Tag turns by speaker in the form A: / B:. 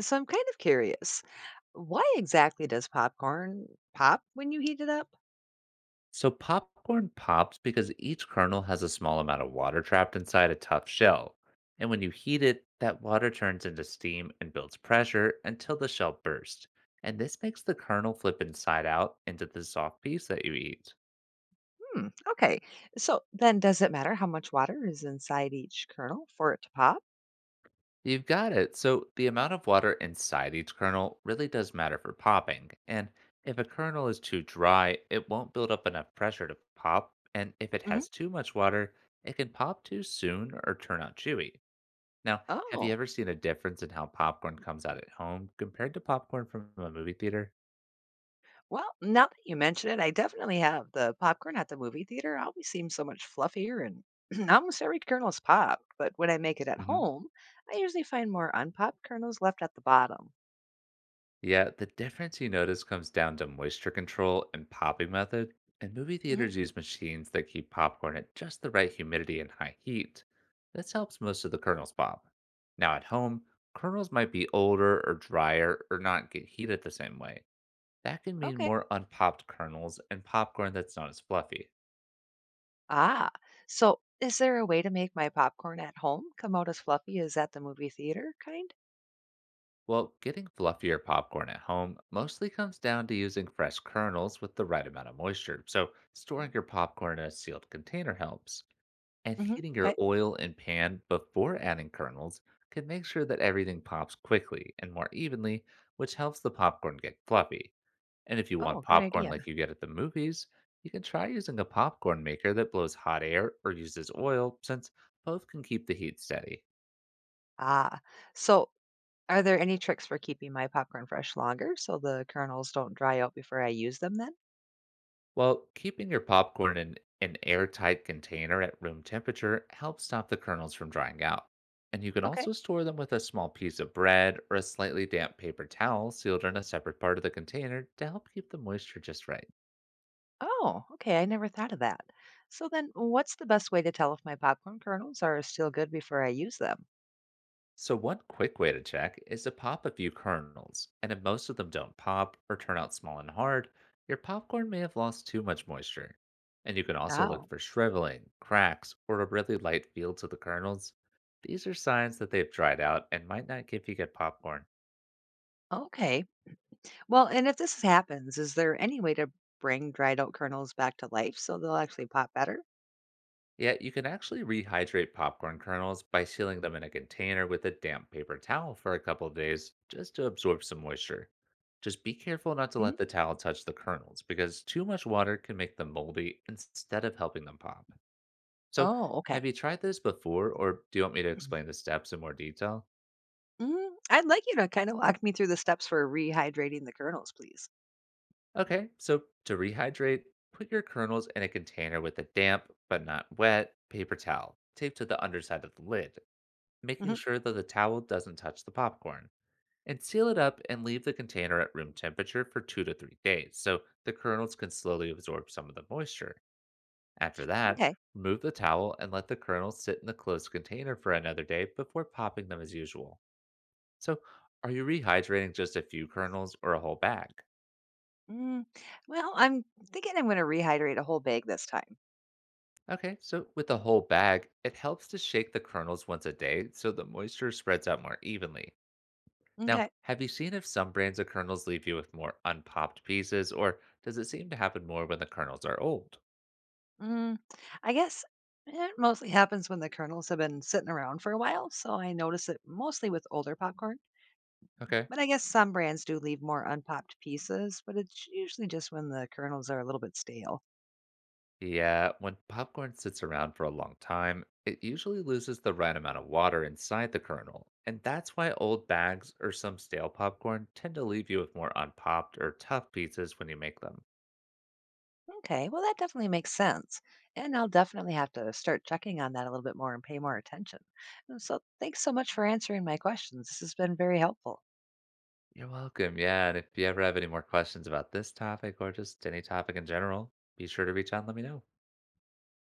A: So I'm kind of curious. Why exactly does popcorn pop when you heat it up?
B: So popcorn pops because each kernel has a small amount of water trapped inside a tough shell. And when you heat it, that water turns into steam and builds pressure until the shell bursts. And this makes the kernel flip inside out into the soft piece that you eat.
A: Hmm. Okay. So then does it matter how much water is inside each kernel for it to pop?
B: You've got it. So the amount of water inside each kernel really does matter for popping. And if a kernel is too dry, it won't build up enough pressure to pop. And if it
A: hmm
B: has too much water, it can pop too soon or turn out chewy. Now, have you
A: Oh,
B: ever seen a difference in how popcorn comes out at home compared to popcorn from a movie theater?
A: well, now that you mention it, I definitely have. The popcorn at the movie theater always seems so much fluffier and almost every kernel's popped. But when I make it at
B: Hmm.
A: home, I usually find more unpopped kernels left at the bottom.
B: Yeah, the difference you notice comes down to moisture control and popping method. And movie
A: hmm
B: theaters use machines that keep popcorn at just the right humidity and high heat. This helps most of the kernels pop. Now, at home, kernels might be older or drier or not get heated the same way. That can mean
A: Okay.
B: more unpopped kernels and popcorn that's not as fluffy.
A: Ah, so is there a way to make my popcorn at home come out as fluffy as at the movie theater kind?
B: Well, getting fluffier popcorn at home mostly comes down to using fresh kernels with the right amount of moisture. So, storing your popcorn in a sealed container helps. And
A: hmm
B: heating your
A: Okay.
B: oil and pan before adding kernels can make sure that everything pops quickly and more evenly, which helps the popcorn get fluffy. And if you
A: Oh,
B: want
A: good
B: popcorn
A: idea.
B: like you get at the movies, you can try using a popcorn maker that blows hot air or uses oil, since both can keep the heat steady.
A: Ah, so are there any tricks for keeping my popcorn fresh longer so the kernels don't dry out before I use them then?
B: Well, keeping your popcorn in an airtight container at room temperature helps stop the kernels from drying out. And you can
A: Okay.
B: also store them with a small piece of bread or a slightly damp paper towel sealed in a separate part of the container to help keep the moisture just right.
A: Oh, okay. I never thought of that. So then, what's the best way to tell if my popcorn kernels are still good before I use them?
B: So, one quick way to check is to pop a few kernels, and if most of them don't pop or turn out small and hard, your popcorn may have lost too much moisture. And you can also look
A: Oh,
B: for shriveling, cracks, or a really light feel to the kernels. These are signs that they've dried out and might not give you good popcorn.
A: okay. Well, and if this happens, is there any way to bring dried out kernels back to life so they'll actually pop better?
B: Yeah, you can actually rehydrate popcorn kernels by sealing them in a container with a damp paper towel for a couple of days just to absorb some moisture. Just be careful not to let the towel touch the kernels because too much water can make them moldy instead of helping them pop. So,
A: Oh, okay.
B: have you tried this before or do you want me to
A: Mhm.
B: explain the steps in more detail?
A: I'd like you to kind of walk me through the steps for rehydrating the kernels, please.
B: Okay, so to rehydrate, put your kernels in a container with a damp but not wet paper towel taped to the underside of the lid, making
A: hmm
B: sure that the towel doesn't touch the popcorn, and seal it up and leave the container at room temperature for 2 to 3 days so the kernels can slowly absorb some of the moisture. After that,
A: Okay.
B: remove the towel and let the kernels sit in the closed container for another day before popping them as usual. So, are you rehydrating just a few kernels or a whole bag?
A: Mm, well, I'm thinking I'm going to rehydrate a whole bag this time.
B: Okay, so with a whole bag, it helps to shake the kernels once a day so the moisture spreads out more evenly. Now,
A: Okay.
B: have you seen if some brands of kernels leave you with more unpopped pieces, or does it seem to happen more when the kernels are old?
A: Mm, I guess it mostly happens when the kernels have been sitting around for a while, so I notice it mostly with older popcorn.
B: Okay.
A: But I guess some brands do leave more unpopped pieces, but it's usually just when the kernels are a little bit stale.
B: Yeah, when popcorn sits around for a long time, it usually loses the right amount of water inside the kernel. And that's why old bags or some stale popcorn tend to leave you with more unpopped or tough pieces when you make them.
A: Okay, well, that definitely makes sense. And I'll definitely have to start checking on that a little bit more and pay more attention. And, thanks so much for answering my questions. This has been very helpful.
B: You're welcome. Yeah, and if you ever have any more questions about this topic or just any topic in general, be sure to reach out and let me know.